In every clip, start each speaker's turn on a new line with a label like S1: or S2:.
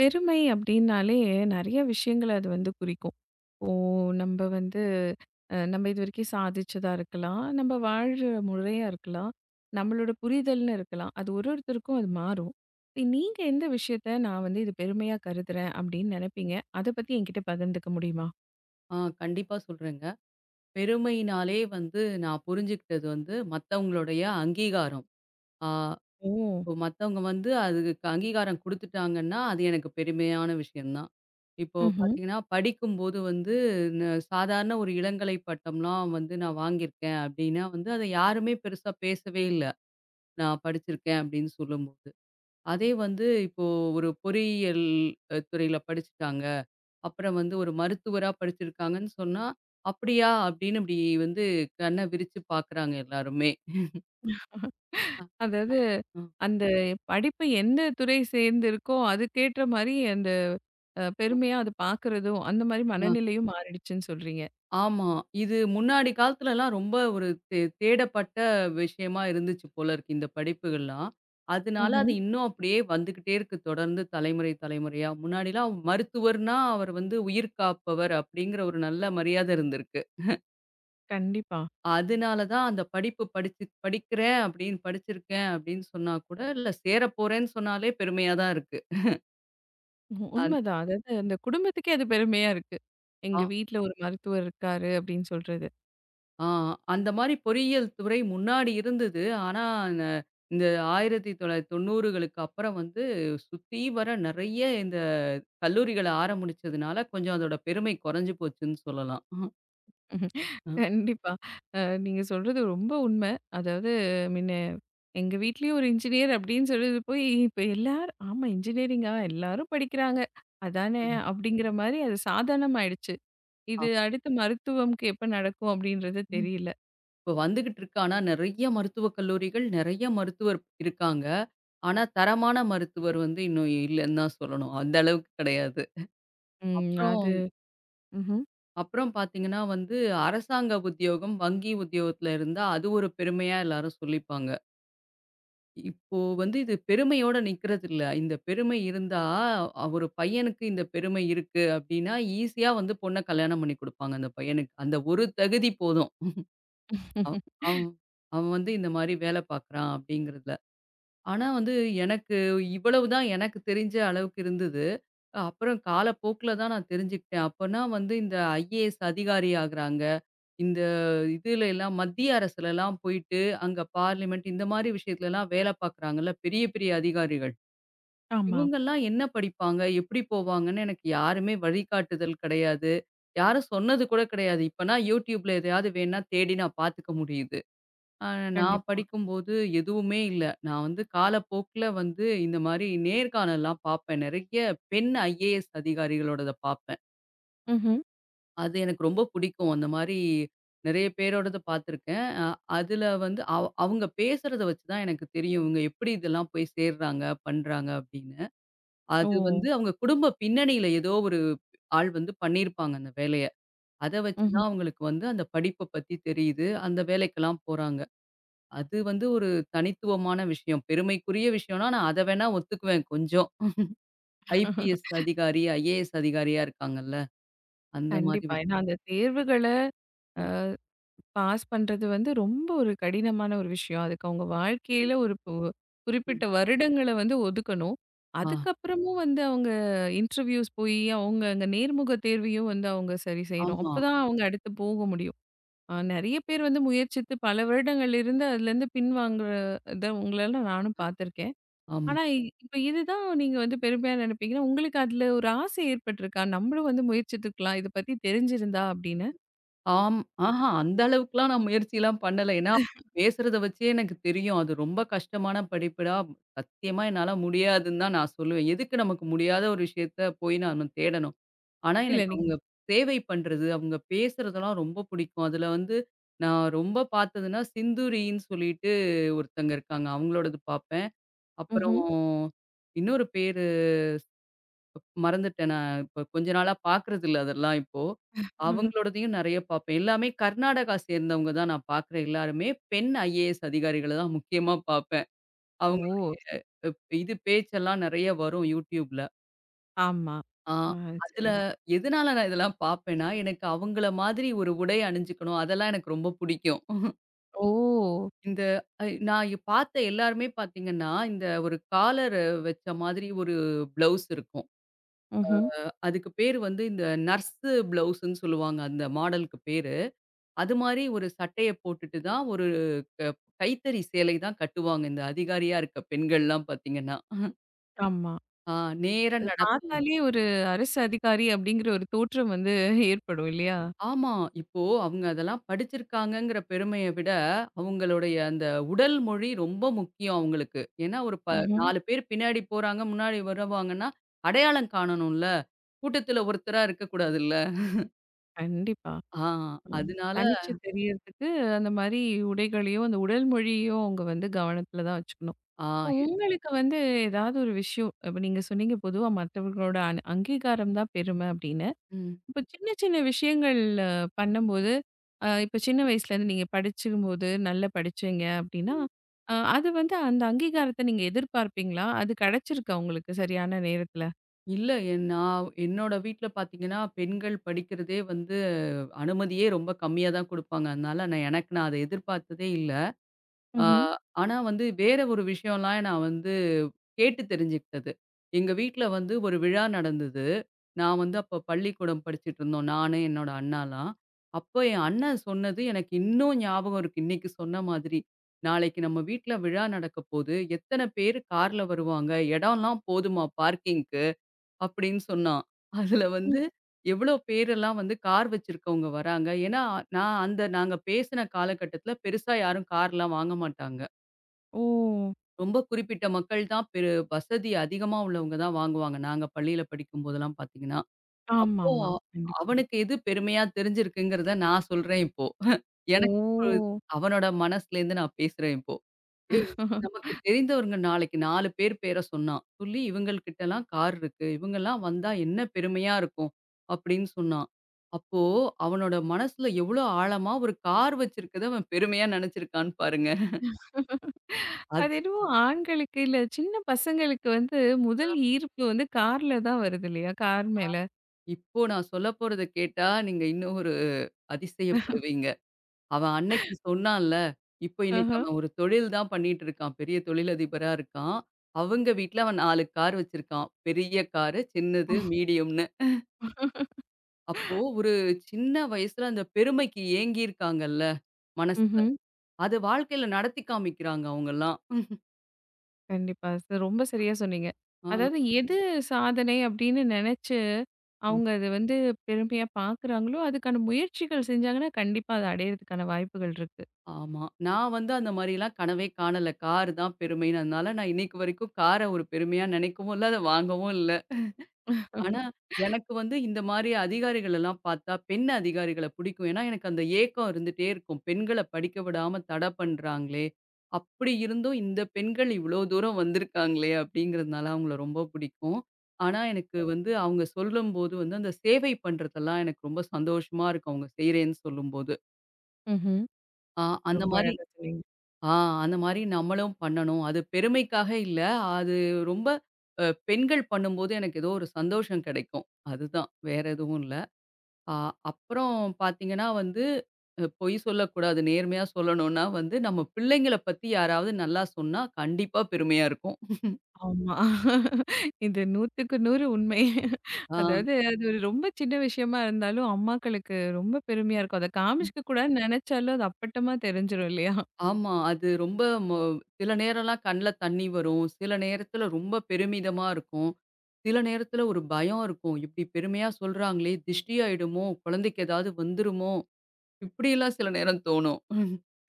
S1: பெருமை அப்படின்னாலே நெறைய விஷயங்கள அது வந்து குறிக்கும். ஓ! நம்ப வந்து நம்ம இதுவரைக்கும் சாதிச்சதா இருக்கலாம். நம்ம வாழ்ற முறையா இருக்கலாம். நம்மளோட புரிதல்னு இருக்கலாம். அது ஒருத்தருக்கும் அது மாறும். இப்ப நீங்க எந்த விஷயத்த நான் வந்து இது பெருமையா கருதுறேன் அப்படின்னு நெனைப்பீங்க? அத பத்தி என்கிட்ட பகிர்ந்துக்க முடியுமா?
S2: ஆ கண்டிப்பா சொல்றேங்க. பெருமையினாலே வந்து நான் புரிஞ்சுக்கிட்டது வந்து மத்தவங்களுடைய அங்கீகாரம். ஆ
S1: ஓ!
S2: இப்போ மத்தவங்க வந்து அதுக்கு அங்கீகாரம் குடுத்துட்டாங்கன்னா, அது எனக்கு பெருமையான விஷயம் தான். இப்போ
S1: ம்ஹ்ம்.
S2: பார்த்தீங்கன்னா, படிக்கும்போது வந்து ந சாதாரண ஒரு இளங்கலை பட்டம்லாம் வந்து நான் வாங்கியிருக்கேன் அப்டின்னா வந்து, அத யாருமே பெருசா பேசவே இல்ல. நான் படிச்சிருக்கேன் அப்டின்னு சொல்லும்போது. அதே வந்து இப்போ ஒரு பொறியியல் துறையில படிச்சுட்டாங்க. அப்புறம் வந்து ஒரு மருத்துவரா படிச்சிருக்காங்கன்னு சொன்னா, "அப்படியா?" அப்படின்னு இப்படி வந்து கண்ண விரிச்சு பார்க்குறாங்க எல்லாருமே.
S1: அதாவது
S2: ம்.
S1: அந்த படிப்பு எந்த துறை சேர்ந்து இருக்கோ, அதுக்கேற்ற மாரி அந்த பெருமையா அத பார்க்குறதும், அந்த மாரி
S2: அ.
S1: மனநிலையும் மாறிடுச்சுன்னு சொல்றீங்க.
S2: ஆமா. இது முன்னாடி காலத்துலலாம் ரொம்ப ஒரு தேடப்பட்ட விஷயமா இருந்துச்சு போல இருக்கு இந்த படிப்புகள்லாம். அதனால
S1: ம்ஹ்ம்.
S2: அது இன்னும் அப்படியே வந்துகிட்டே இருக்கு தொடர்ந்து தலைமுறை, தலைமுறையா. முன்னாடிலாம் மருத்துவர்னா அவர் வந்து உயிர் காப்பவர் அப்படிங்கிற ஒரு நல்ல மரியாதை இருந்திருக்கு.
S1: கண்டிப்பா.
S2: அதனால தான் அந்த படிப்பு படிச்சு படிக்கிறேன் அப்படின்னு படிச்சிருக்கேன் அப்படின்னு சொன்னா கூட, இல்ல சேரப்போறேன்னு சொன்னாலே பெருமையா தான் இருக்கு. அந்
S1: உண்மைதான். அதாவது அந்த குடும்பத்துக்கே அது பெருமையா இருக்கு.
S2: ஆ
S1: எங்க வீட்ல ஒரு மருத்துவர் இருக்காரு அப்படின்னு சொல்றது.
S2: ஆ அந்த மாரி பொறியியல் துறை முன்னாடி இருந்தது. ஆனா, ந இந்த 1990களுக்கு அப்புறம் வந்து சுத்தி வர நெறைய இந்த கல்லூரிகள ஆரம்பிச்சதுனால, கொஞ்சம் அதோட பெருமை குறைஞ்சு போச்சுன்னு சொல்லலாம்.
S1: உம்
S2: அ.
S1: கண்டிப்பா. அ நீங்க சொல்றது ரொம்ப உண்மை. அதாவது முன்ன எங்க வீட்லயும் ஒரு இன்ஜினியர் அப்படின்னு சொல்றது போய் இப்ப எல்லாரும் ஆமா இன்ஜினியரிங்கா எல்லாரும் படிக்கிறாங்க. அதானே
S2: ம்.
S1: அப்படிங்கிற மாரி அது சாதாரணமாயிடுச்சு.
S2: ஆ.
S1: இது அடுத்து மருத்துவம்க்கு எப்ப நடக்கும் அப்படின்றது தெரியல.
S2: இப்ப வந்துகிட்டு இருக்கு. ஆனா நெறைய மருத்துவக் கல்லூரிகள், நெறைய மருத்துவர் இருக்காங்க. ஆனா தரமான மருத்துவர் வந்து இன்னும் இல்லன்னு தான் சொல்லணும். அந்த அளவுக்கு கிடையாது.
S1: ம்.
S2: அப்புறம்
S1: அது ம்ஹ்ம்.
S2: அப்புறம் பார்த்தீங்கன்னா வந்து அரசாங்க உத்தியோகம், வங்கி உத்தியோகத்துல இருந்தா அது ஒரு பெருமையா எல்லாரும் சொல்லிப்பாங்க. இப்போ வந்து இது பெருமையோட நிக்கிறதில்ல. இந்த பெருமை இருந்தா ஒரு பையனுக்கு இந்த பெருமை இருக்கு அப்டின்னா, ஈஸியா வந்து பொண்ண கல்யாணம் பண்ணி குடுப்பாங்க அந்த பையனுக்கு. அந்த ஒரு தகுதி போதும். அவ் அவன் அவன் வந்து இந்த மாரி வேல பார்க்குறான் அப்டிங்கிறதுல. ஆனா வந்து எனக்கு இவ்வளவு தான் எனக்கு தெரிஞ்ச அளவுக்கு இருந்தது. அப்புறம் காலப்போக்குல தான் நான் தெரிஞ்சுக்கிட்டேன். அப்பன்னா வந்து இந்த ஐஏஎஸ் அதிகாரி ஆகுறாங்க. இந்த இதுல எல்லாம் மத்திய அரசுலலாம் போயிட்டு, அங்க பார்லிமென்ட் இந்த மாரி விஷயத்துலலாம் வேல பார்க்குறாங்கல்ல பெரிய பெரிய அதிகாரிகள்.
S1: ஆமா.
S2: இவங்கலாம் என்ன படிப்பாங்க? எப்படி போவாங்கன்னு எனக்கு யாருமே வழிகாட்டுதல் கிடையாது. யாரும் சொன்னது கூட கிடையாது. இப்பன்னா YouTubeல எதையாவது வேணா தேடி நான் பார்த்துக்க முடியுது. அ நான்
S1: கண்டிப்பா.
S2: படிக்கும்போது எதுவுமே இல்ல. நான் வந்து காலப்போக்குல வந்து இந்த மாரி நேர்காணல்லாம் பார்ப்பேன். நெறைய பெண் ஐஏஎஸ் அதிகாரிகளோடத பார்ப்பேன்.
S1: ம்ஹ்ம்.
S2: அது எனக்கு ரொம்ப பிடிக்கும். அந்த மாரி நெறைய பேரோடது பார்த்துருக்கேன். அதுல வந்து அவங்க பேசுறத வச்சு தான் எனக்கு தெரியும். இவங்க எப்படி இதெல்லாம் போய் சேர்றாங்க, பண்றாங்க அப்படின்னு.
S1: ஓ!
S2: அது வந்து அவங்க குடும்ப பின்னணியில ஏதோ ஒரு ஆள் வந்து பண்ணியிருப்பாங்க அந்த வேலைய. அத வச்சு
S1: ம்ஹ்ம்.
S2: தான் அவங்களுக்கு வந்து அந்த படிப்ப பத்தி தெரியுது. அந்த வேலைக்கெல்லாம் போறாங்க. அது வந்து ஒரு தனித்துவமான விஷயம். பெருமைக்குரிய விஷயம்னா, நான் அத வேணா ஒத்துக்குவேன் கொஞ்சம். ஐபிஎஸ் அதிகாரி, ஐஏஎஸ் அதிகாரியா இருக்காங்கல்ல. அந்த மாரி
S1: கண்டிப்பா.
S2: விஷயம்.
S1: ஏன்னா அந்த தேர்வுகள
S2: ம்,
S1: பாஸ் பண்றது வந்து ரொம்ப ஒரு கடினமான ஒரு விஷயம். அதுக்கு அவங்க வாழ்க்கையில ஒரு
S2: ம்.
S1: குறிப்பிட்ட வருடங்கள வந்து ஒதுக்கணும்.
S2: ஆ,
S1: அதுக்கப்புறமும் வந்து அவங்க இன்டர்வியூஸ் போயி, அவங்க அங்க நேர்முக தேர்வையும் வந்து அவங்க சரி செய்யணும்.
S2: ஆமா,
S1: அப்பதான் அவங்க அடுத்து போக முடியும். நெறைய பேர் வந்து முயற்சித்து பல வருடங்கள் இருந்து அதுலேருந்து பின்வாங்குற இத உங்களலாம் நானும் பார்த்துருக்கேன்.
S2: ஆமா.
S1: ஆனா இப்ப இதுதான் நீங்க வந்து பெருமையா நினைப்பீங்கன்னா, உங்களுக்கு அதுல ஒரு ஆசை ஏற்பட்டுருக்கா? நம்மளும் வந்து முயற்சித்துக்கலாம். இத பத்தி தெரிஞ்சிருந்தா அப்படின்னு?
S2: ஆம். ஆஹா அந்த அளவுக்குலாம் நான் முயற்சிலாம் பண்ணல. ஏன்னா, பேசுறத வச்சே எனக்கு தெரியும். அது ரொம்ப கஷ்டமான படிப்புடா. சத்தியமா என்னால முடியாதுன்னு தான் நான் சொல்லுவேன். எதுக்கு நமக்கு முடியாத ஒரு விஷயத்த போய் நாம தேடணும்? ஆனா,
S1: இல்ல
S2: எனக்கு
S1: நீங்க
S2: அவங்க சேவை பண்றது, அவங்க பேசுறதெல்லாம் ரொம்ப பிடிக்கும். அதுல வந்து நான் ரொம்ப பார்த்ததுன்னா, சிந்துரின்னு சொல்லிட்டு ஒருத்தங்க இருக்காங்க. அவங்களோடது பார்ப்பேன்.
S1: ம்ஹ்ம்.
S2: அப்புறம் இன்னொரு பேரு மறந்துட்டேன். நான் இப்ப கொஞ்ச நாளா பார்க்கறது இல்ல அதெல்லாம் இப்போ. அவங்களோடதையும் நெறைய பார்ப்பேன். எல்லாமே கர்நாடகா சேர்ந்தவங்க தான் நான் பார்க்குற எல்லாருமே. பெண் ஐஏஎஸ் அதிகாரிகள தான் முக்கியமா பார்ப்பேன். அவங்க
S1: ஓ!
S2: அஹ், இது பேச்செல்லாம் நெறைய வரும் YouTubeல.
S1: ஆமா.
S2: ஆ.
S1: ஆ
S2: அதுல
S1: சிறப்பு.
S2: எதனால நான் இதெல்லாம் பார்ப்பேன்னா, எனக்கு அவங்கள மாதிரி ஒரு உடை அணிஞ்சுக்கணும். அதெல்லாம் எனக்கு ரொம்ப பிடிக்கும்.
S1: ஓ!
S2: இந்த நான் பார்த்த எல்லாருமே பார்த்தீங்கன்னா, இந்த ஒரு காலர் வச்ச மாதிரி ஒரு ப்ளவுஸ் இருக்கும்.
S1: ம்ஹ்ம்.
S2: அதுக்கு பேரு வந்து இந்த நர்ஸு ப்ளவுஸ்ன்னு சொல்லுவாங்க. அந்த மாடலுக்கு பேரு. அது மாரி ஒரு சட்டைய போட்டுட்டு தான் ஒரு க கைத்தறி சேலை தான் கட்டுவாங்க. இந்த அதிகாரியா இருக்க பெண்கள்லாம் பார்த்தீங்கன்னா.
S1: ஆமா.
S2: ஆ நேரா
S1: அது
S2: நடப்
S1: பார்த்தாலே ஒரு அரசு அதிகாரி அப்படிங்கிற ஒரு தோற்றம் வந்து ஏற்படும் இல்லையா?
S2: ஆமா. இப்போ அவங்க அதெல்லாம் படிச்சிருக்காங்கங்கிற பெருமைய விட, அவங்களுடைய அந்த உடல் மொழி ரொம்ப முக்கியம் அவங்களுக்கு. ஏன்னா ஒரு
S1: ம்ஹ்ம்.
S2: 4 பேர் பின்னாடி போறாங்க, முன்னாடி வருவாங்கன்னா, அடையாளம் காணணும்ல. கூட்டத்துல ஒருத்தரா இருக்கக்கூடாதுல்ல.
S1: கண்டிப்பா.
S2: ஆ
S1: ம்.
S2: அதனால
S1: தனிச்சு தெரியறதுக்கு அந்த மாரி உடைகளையும், அந்த உடல் மொழியையும் அவங்க வந்து கவனத்துல தான் வச்சுக்கணும்.
S2: ஆ
S1: இப்ப
S2: எ-
S1: உங்களுக்கு வந்து ஏதாவது ஒரு விஷயம் இப்ப நீங்க சொன்னீங்க பொதுவா மத்தவர்களோட அங்கீகாரம் தான் பெருமை அப்படின்னு.
S2: ம்.
S1: இப்ப சின்ன சின்ன விஷயங்கள் அ பண்ணும்போது, இப்ப சின்ன வயசுலேருந்து நீங்க படிச்சிக்கும்போது நல்லா படிச்சீங்க அப்டின்னா,
S2: ம்.
S1: அது வந்து அந்த அங்கீகாரத்த நீங்க எதிர்பார்ப்பீங்களா? அது கிடைச்சிருக்கா உங்களுக்கு சரியான நேரத்துல?
S2: இல்ல நான் என்னோட வீட்ல பார்த்தீங்கன்னா, பெண்கள் படிக்கிறதே வந்து அனுமதியே ரொம்ப கம்மியா தான் குடுப்பாங்க. அதனால நான் எனக்கு நான் அத எதிர்பார்த்ததே இல்ல. ஆ,
S1: ம்ஹ்ம்.
S2: ஆனா வந்து வேற ஒரு விஷயம்லாம் நான் வந்து கேட்டு தெரிஞ்சுக்கிட்டது. எங்க வீட்ல வந்து ஒரு விழா நடந்தது. நான் வந்து அப்ப பள்ளிக்கூடம் படிச்சுட்டு இருந்தோம். நானு, என்னோட அண்ணாலாம். அப்ப என் அண்ணன் சொன்னது எனக்கு இன்னும் ஞாபகம் இருக்கு. இன்னைக்கு சொன்ன மாதிரி. "நாளைக்கு நம்ம வீட்ல விழா நடக்கப்போது. எத்தன பேரு கார்ல வருவாங்க? இடம்லாம் போதுமா பார்க்கிங்க்கு?" அப்படின்னு சொன்னான். அதுல
S1: ம்.
S2: வந்து எவ்ளோ பேரெல்லாம் வந்து கார் வச்சிருக்கவங்க வராங்க. ஏன்னா, நான் அந்த நாங்க பேசின காலகட்டத்தில பெருசா யாரும் கார்லாம் வாங்க மாட்டாங்க.
S1: ஓ!
S2: ரொம்ப குறிப்பிட்ட மக்கள் தான் பெரு வசதி அதிகமா உள்ளவங்க தான் வாங்குவாங்க. நாங்க பள்ளியில படிக்கும்போதெல்லாம் பார்த்தீங்கன்னா, அப்போ
S1: ஆமாமா. கண்டிப்பா.
S2: அவனுக்கு எது பெருமையா தெரிஞ்சிருக்குங்கிறத நான் சொல்றேன் இப்போ. எனக்கு ஒரு-
S1: ஓ!
S2: அவனோட மனசுலேருந்து நான் பேசுறேன் இப்போ. ஏய் நமக்கு தெரிந்தவங்க நாளைக்கு 4 பேர் பேர சொன்னான். சொல்லி இவங்கள்கிட்டலாம் கார் இருக்கு. இவங்கலாம் வந்தா என்ன பெருமையா இருக்கும் அப்படின்னு சொன்னான். அப்போ அவனோட மனசுல எவ்வளோ ஆழமா ஒரு கார் வச்சிருக்கத அவன் பெருமையா நெனச்சிருக்கான்னு பாருங்க.
S1: அது என்னவோ ஆண்களுக்கு இல்ல சின்ன பசங்களுக்கு வந்து முதல் ஈர்ப்பு வந்து கார்ல தான் வருது இல்லையா? கார் மேல.
S2: இப்போ நான் சொல்லப்போறத கேட்டா, நீங்க இன்னும் ஒரு அதிசயப்படுவீங்க. அவன் அன்னைக்கு சொன்னான்ல, இப்போ இன்னைக்கு
S1: ஆஹ.
S2: அவன் ஒரு தொழில் தான் பண்ணிட்டு இருக்கான். பெரிய தொழிலதிபரா இருக்கான். அவங்க வீட்ல அவன் 4 கார் வச்சிருக்கான். பெரிய காரு, சின்னது, மீடியம்னு. அப்போ ஒரு சின்ன வயசுல அந்த பெருமைக்கு ஏங்கியிருக்காங்கல்ல மனசுல.
S1: ம்ஹ்ம்.
S2: அது வாழ்க்கையில நடத்தி காமிக்கிறாங்க அவங்கலாம்.
S1: கண்டிப்பா. ரொம்ப சரியா சொன்னீங்க.
S2: ஆ,
S1: அதாவது எது சாதனை அப்படின்னு நெனச்சு,
S2: ம்.
S1: அவங்க அத வந்து பெருமையா பார்க்குறாங்களோ, அதுக்கான முயற்சிகள் செஞ்சாங்கன்னா, கண்டிப்பா அத அடையறதுக்கான வாய்ப்புகள் இருக்கு.
S2: ஆமா. நான் வந்து அந்த மாரிலாம் கனவே காணல. கார் தான் பெருமைன்னு. அதனால நான் இன்னைக்கு வரைக்கும் கார ஒரு பெருமையா நினைக்கவும் இல்ல, அத வாங்கவும் இல்ல. ஆனா, எனக்கு வந்து இந்த மாரி அதிகாரிகள் எல்லாம் பார்த்தா, பெண் அதிகாரிகள பிடிக்கும். ஏன்னா, எனக்கு அந்த ஏக்கம் இருந்துட்டே இருக்கும். பெண்கள படிக்க விடாம தடை பண்றாங்களே! அப்படி இருந்தும் இந்த பெண்கள் இவ்வளோ தூரம் வந்திருக்காங்களே! அப்படிங்கிறதுனால அவங்கள ரொம்ப பிடிக்கும். ஆனா, எனக்கு வந்து அவங்க சொல்லும்போது வந்து அந்த சேவை பண்றதெல்லாம் எனக்கு ரொம்ப சந்தோஷமா இருக்கும். அவங்க செய்றேன்னு சொல்லும்போது.
S1: ம்ஹ்ம்.
S2: ஆ அந்த
S1: ரொம்ப
S2: மாரி
S1: அழகா சொன்னீங்க.
S2: ஆ அந்த மாரி நம்மளும் பண்ணணும். அது பெருமைக்காக இல்ல. அது ரொம்ப பெண்கள் பண்ணும்போது எனக்கு ஏதோ ஒரு சந்தோஷம் கிடைக்கும். அதுதான் வேற எதுவும் இல்ல. அ அப்புறம் பார்த்தீங்கன்னா வந்து பொய் சொல்லக்கூடாது. நேர்மையா சொல்லணும்னா வந்து நம்ம பிள்ளைங்கள பத்தி யாராவது நல்லா சொன்னா கண்டிப்பா பெருமையா இருக்கும்.
S1: ஆமா. இது 100க்கு 100 உண்மை.
S2: ஆ.
S1: அதாவது அது ஒரு ரொம்ப சின்ன விஷயமா இருந்தாலும், அம்மாக்களுக்கு ரொம்ப பெருமையா இருக்கும். அத காமிச்சுக்க கூடாதுன்னு நெனச்சாலும், அது அப்பட்டமா தெரிஞ்சிரும் இல்லையா?
S2: ஆமா. அது ரொம்ப மொ சில நேரம்லாம் கண்ல தண்ணி வரும். சில நேரத்துல ரொம்ப பெருமிதமா இருக்கும். சில நேரத்துல ஒரு பயம் இருக்கும். இப்படி பெருமையா சொல்றாங்களே! திஷ்டி ஆயிடுமோ! குழந்தைக்கு ஏதாவது வந்துருமோ! இப்படியெல்லாம் சில நேரம் தோணும்.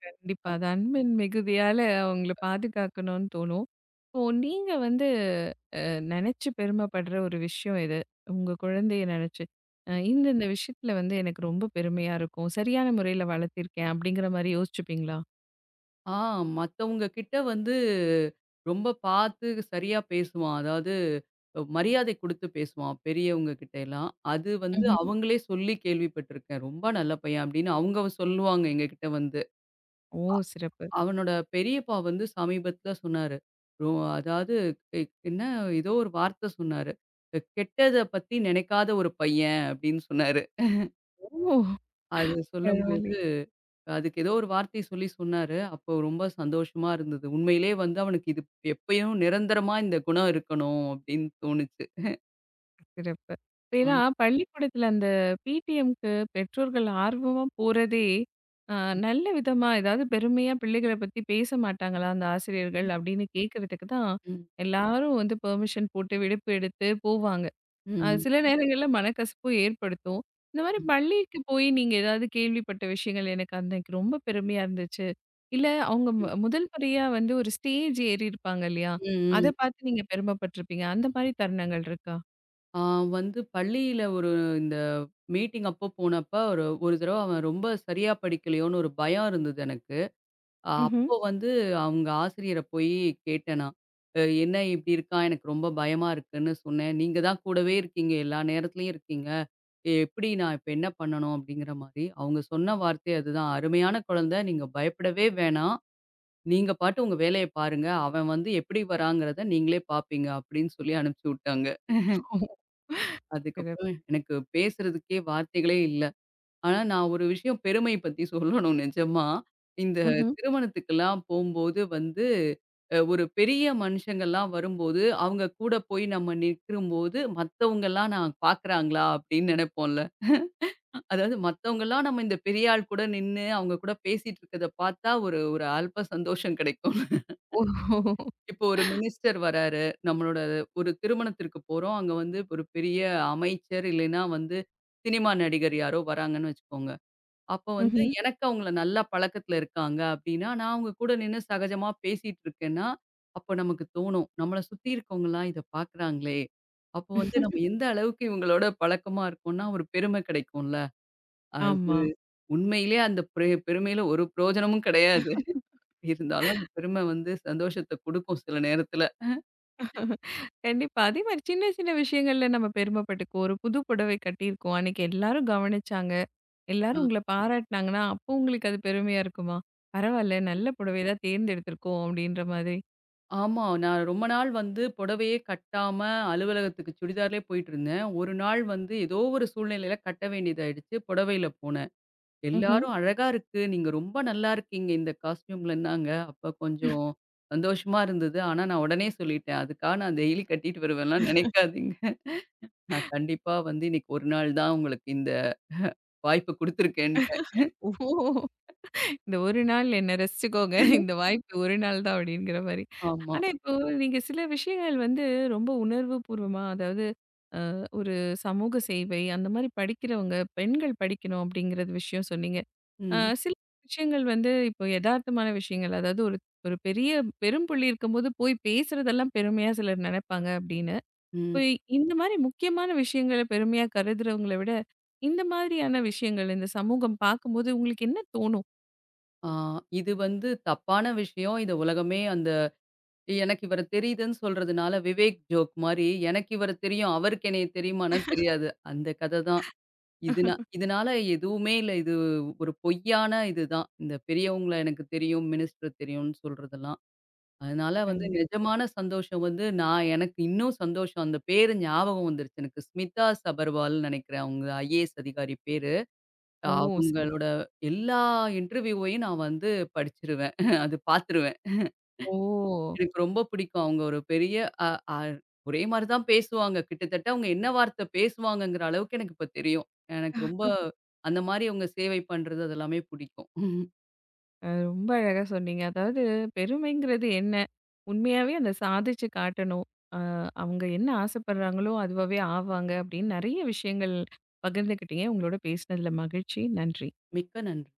S1: கண்டிப்பா. அது அன்பின் மிகுதியால அவங்கள பாதுகாக்கணும்னு தோணும். இப்போ நீங்க வந்து நினைச்சு பெருமைப்படுற ஒரு விஷயம் இது. உங்க குழந்தைய நினைச்சு. இந்த இந்த விஷயத்துல வந்து எனக்கு ரொம்ப பெருமையா இருக்கும். சரியான முறையில வளர்த்திருக்கேன் அப்படிங்கிற மாரி யோசிச்சுப்பீங்களா?
S2: ஆ மத்தவங்க கிட்ட வந்து ரொம்ப பார்த்து சரியா பேசுவான். அதாவது மரியாதை குடுத்து பேசுவான். பெரியவங்க கிட்ட எல்லாம். அது வந்து
S1: ம்ஹ்ம்.
S2: அவங்களே சொல்லி கேள்விப்பட்டுருக்கேன். ரொம்ப நல்ல பையன் அப்படின்னு அவங்க சொல்லுவாங்க எங்ககிட்ட வந்து.
S1: ஓ! சிறப்பு.
S2: அவனோட பெரியப்பா வந்து சமீபத்தில சொன்னாரு. ரோ அதாவது எ என்ன ஏதோ ஒரு வார்த்த சொன்னாரு. கெட்டத பத்தி நினைக்காத ஒரு பையன் அப்படின்னு சொன்னாரு.
S1: ஓ!
S2: அது
S1: பரவாயில்லை.
S2: சொல்லும்போது அதுக்கு ஏதோ ஒரு வார்த்தை சொல்லி சொன்னாரு. அப்போ ரொம்ப சந்தோஷமா இருந்தது. உண்மையிலேயே வந்து அவனுக்கு இது எப்பயும் நிரந்தரமா இந்த குணம் இருக்கணும் அப்படின்னு தோணுச்சு.
S1: சிறப்பு.
S2: ஆ.
S1: ஏன்னா பள்ளிக்கூடத்துல அந்த பிடிஎம்க்கு பெற்றோர்கள் ஆர்வமா போறதே, அ நல்ல விதமா ஏதாவது பெருமையா பிள்ளைகள பத்தி பேச மாட்டாங்களா அந்த ஆசிரியர்கள்
S2: ம்.
S1: அப்படின்னு கேட்கறதுக்கு தான்
S2: ம்.
S1: எல்லாரும் வந்து பெர்மிஷன் போட்டு விடுப்பு எடுத்து போவாங்க.
S2: ம்.
S1: சில நேரங்கள்ல மனக்கசப்பும் ஏற்படுத்தும். இந்த மாரி
S2: ம்.
S1: பள்ளிக்கு போய் நீங்க ஏதாவது கேள்விப்பட்ட விஷயங்கள் எனக்கு அன்னைக்கு ரொம்ப பெருமையா இருந்துச்சு. இல்ல அவங்க
S2: ம்.
S1: முதல் முறையா வந்து ஒரு ஸ்டேஜ் ஏறி இருப்பாங்க இல்லையா? அத
S2: ம்.
S1: பார்த்து நீங்க பெருமைப்பட்டுருப்பீங்க. அந்த மாரி தருணங்கள் இருக்கா?
S2: ஆ வந்து பள்ளியில ஒரு இந்த மீட்டிங் அப்போ போனப்ப ஒரு ஒரு தடவ அவன் ரொம்ப சரியா படிக்கலையோன்னு ஒரு பயம் இருந்தது எனக்கு.
S1: ம்ஹ்ம்.
S2: அப்போ வந்து அவங்க ஆசிரியர போய் கேட்டேன் நான். "அ என்ன இப்படி இருக்கான்? எனக்கு ரொம்ப பயமா இருக்குன்னு" சொன்னேன். "நீங்க தான் கூடவே இருக்கீங்க, எல்லா நேரத்துலயும் இருக்கீங்க. எப்படி நான் இப்ப என்ன பண்ணணும்?" அப்படிங்கிற மாரி. அவங்க சொன்ன வார்த்தை அதுதான். "அருமையான குழந்தை, நீங்க பயப்படவே வேணாம். நீங்க பாட்டு உங்க வேலைய பாருங்க. அவன் வந்து எப்படி வராங்கிறத நீங்களே பார்ப்பீங்க" அப்படின்னு சொல்லி அனுப்பிச்சு விட்டாங்க.
S1: ஓ! சிறப்பு.
S2: அதுக்கப்புறம் எனக்கு பேசுறதுக்கே வார்த்தைகளே இல்ல. ஆனா, நான் ஒரு விஷயம் பெருமை பத்தி சொல்லணும் நிஜமா. இந்த
S1: ம்ஹ்ம்.
S2: திருமணத்துக்கெல்லாம் போம்போது வந்து, ஒரு பெரிய மனுஷங்கள்லாம் வரும்போது, அவங்க கூட போய் நம்ம நிற்கும்போது, மத்தவங்கலாம் நான் பார்க்குறாங்களா அப்படின்னு நெனைப்போம்ல. அதாவது மத்தவங்கலாம் நம்ம இந்த பெரிய ஆள் கூட நின்னு, அவங்க கூட பேசிட்டு இருக்கிறத பார்த்தா, ஒரு ஒரு அல்ப சந்தோஷம் கிடைக்கும்.
S1: ஓஹோ!
S2: இப்போ ஒரு மினிஸ்டர் வராரு, நம்மளோட ஒரு திருமணத்திற்கு போறோம். அங்க வந்து ஒரு பெரிய அமைச்சர் இல்லைன்னா வந்து சினிமா நடிகர் யாரோ வராங்கன்னு வச்சுக்கோங்க. அப்போ வந்து
S1: ம்ஹ்ம்.
S2: எனக்கு அவங்கள நல்லா பழக்கத்துல இருக்காங்க அப்டின்னா, நான் அவங்க கூட நின்னு சகஜமா பேசிட்டு இருக்கேன்னா, அப்போ நமக்கு தோணும். நம்மள சுத்தி இருக்கவங்கலாம் இத பார்க்குறாங்களே! அப்போ வந்து நம்ம எந்த அளவுக்கு இவங்களோட பழக்கமா இருக்கோம்னா, ஒரு பெருமை கிடைக்கும்ல. அது
S1: ஆமா.
S2: உண்மையிலே அந்த பெருமையில ஒரு பிரயோஜனமும் கிடையாது. இருந்தாலும் அந்த பெருமை வந்து சந்தோஷத்த குடுக்கும் சில நேரத்துல.
S1: கண்டிப்பா. அதே மாரி சின்ன சின்ன விஷயங்கள்ல நம்ம பெருமைப்பட்டுக்குவோம். ஒரு புது புடவை கட்டியிருக்கோம். அன்னைக்கு எல்லாரும் கவனிச்சாங்க.
S2: அ
S1: எல்லாரும் உங்கள பாராட்டுனாங்கன்னா, அப்போ உங்களுக்கு அது பெருமையா இருக்குமா? பரவால்ல நல்ல புடவை தான் தேர்ந்தெடுத்திருக்கோம் அப்படின்ற மாதிரி.
S2: ஆமா. நான் ரொம்ப நாள் வந்து புடவையே கட்டாம அலுவலகத்துக்கு சுடிதார்லே போயிட்டுருந்தேன். ஒரு நாள் வந்து ஏதோ ஒரு சூழ்நிலையில கட்ட வேண்டியதாயிடுச்சு. புடவையில போனேன்.
S1: ம்ஹ்ம்.
S2: எல்லாரும் அழகா இருக்கு. நீங்க ரொம்ப நல்லா இருக்கீங்க இந்த காஸ்டியூம்லன்னாங்க. அப்ப கொஞ்சம் சந்தோஷமா இருந்தது. ஆனா, நான் உடனே சொல்லிட்டேன். அதுக்காக நான் டெய்லி கட்டிட்டு வருவேன்லாம் நெனைக்காதீங்க. நான் கண்டிப்பா வந்து இன்னைக்கு ஒரு நாள் தான் உங்களுக்கு இந்த வாய்ப்பு குடுத்துருக்கேன்ட்டேன்.
S1: ஓ! ஓ! இந்த ஒரு நாள் என்ன ரசிச்சுக்கோங்க. இந்த வாய்ப்பு ஒரு நாள் தான் அப்படிங்கிற மாரி.
S2: ஆமா.
S1: ஆனா இப்போ நீங்க சில விஷயங்கள் வந்து ரொம்ப உணர்வு பூர்வமா அதாவது அ ஒரு சமூக சேவை அந்த மாரி படிக்கிறவங்க, பெண்கள் படிக்கணும் அப்படிங்கிறது விஷயம் சொன்னீங்க. அ
S2: ம்.
S1: சில விஷயங்கள் வந்து இப்போ எதார்த்தமான விஷயங்கள் அதாவது ஒரு ஒரு பெரிய பெரும் புள்ளி இருக்கும்போது போய் பேசுறதெல்லாம் பெருமையா சிலர் நெனைப்பாங்க அப்படின்னு. இப்ப
S2: ம்.
S1: இந்த மாரி முக்கியமான விஷயங்கள பெருமையா கருதுறவங்கள விட, இந்த மாதிரியான விஷயங்கள் இந்த சமூகம் பார்க்கும்போது உங்களுக்கு என்ன தோணும்?
S2: ஆ இது வந்து தப்பான விஷயம். இத உலகமே அந்த எனக்கு இவர தெரியுதுன்னு சொல்றதுனால விவேக் ஜோக் மாரி எனக்கு இவர தெரியும். அவருக்கு என்னைய தெரியுமான்னா தெரியாது. அந்த கத தான். இதனால எதுவுமே இல்ல. இது ஒரு பொய்யான இதுதான். இந்த பெரியவங்கள எனக்கு தெரியும், மினிஸ்டர் தெரியும்னு சொல்றதெல்லாம். அதனால வந்து
S1: கண்டிப்பா.
S2: நிஜமான சந்தோஷம் வந்து நான் எனக்கு இன்னும் சந்தோஷம். அந்த பேரு ஞாபகம் வந்துருச்சு எனக்கு. ஸ்மிதா சபர்வால்ன்னு நெனைக்கிறேன். அவங்க ஐஏஎஸ் அதிகாரி பேரு.
S1: ஓ! சரி.
S2: அவங்களோட எல்லா இன்டர்வியூவையும் நான் வந்து படிச்சுருவேன். அது பார்த்துருவேன்.
S1: ஓ!
S2: எனக்கு ரொம்ப பிடிக்கும். அவங்க ஒரு பெரிய அ அ ஒரே மாரி தான் பேசுவாங்க. கிட்டத்தட்ட அவங்க என்ன வார்த்தை பேசுவாங்கங்கிற அளவுக்கு எனக்கு இப்ப தெரியும். எனக்கு ரொம்ப அந்த மாரி அவங்க சேவை பண்றது அது எல்லாமே பிடிக்கும்.
S1: ரொம்ப அழகா சொன்னீங்க. அதாவது பெருமைங்கிறது என்ன? உண்மையாவே அத சாதிச்சு காட்டணும். அ அவங்க என்ன ஆசைப்படுறாங்களோ, அதுவாவே ஆவாங்க அப்படின்னு நெறைய விஷயங்கள் பகிர்ந்துக்கிட்டீங்க. உங்களோட பேசினதுல மகிழ்ச்சி. நன்றி.
S2: மிக்க நன்றி.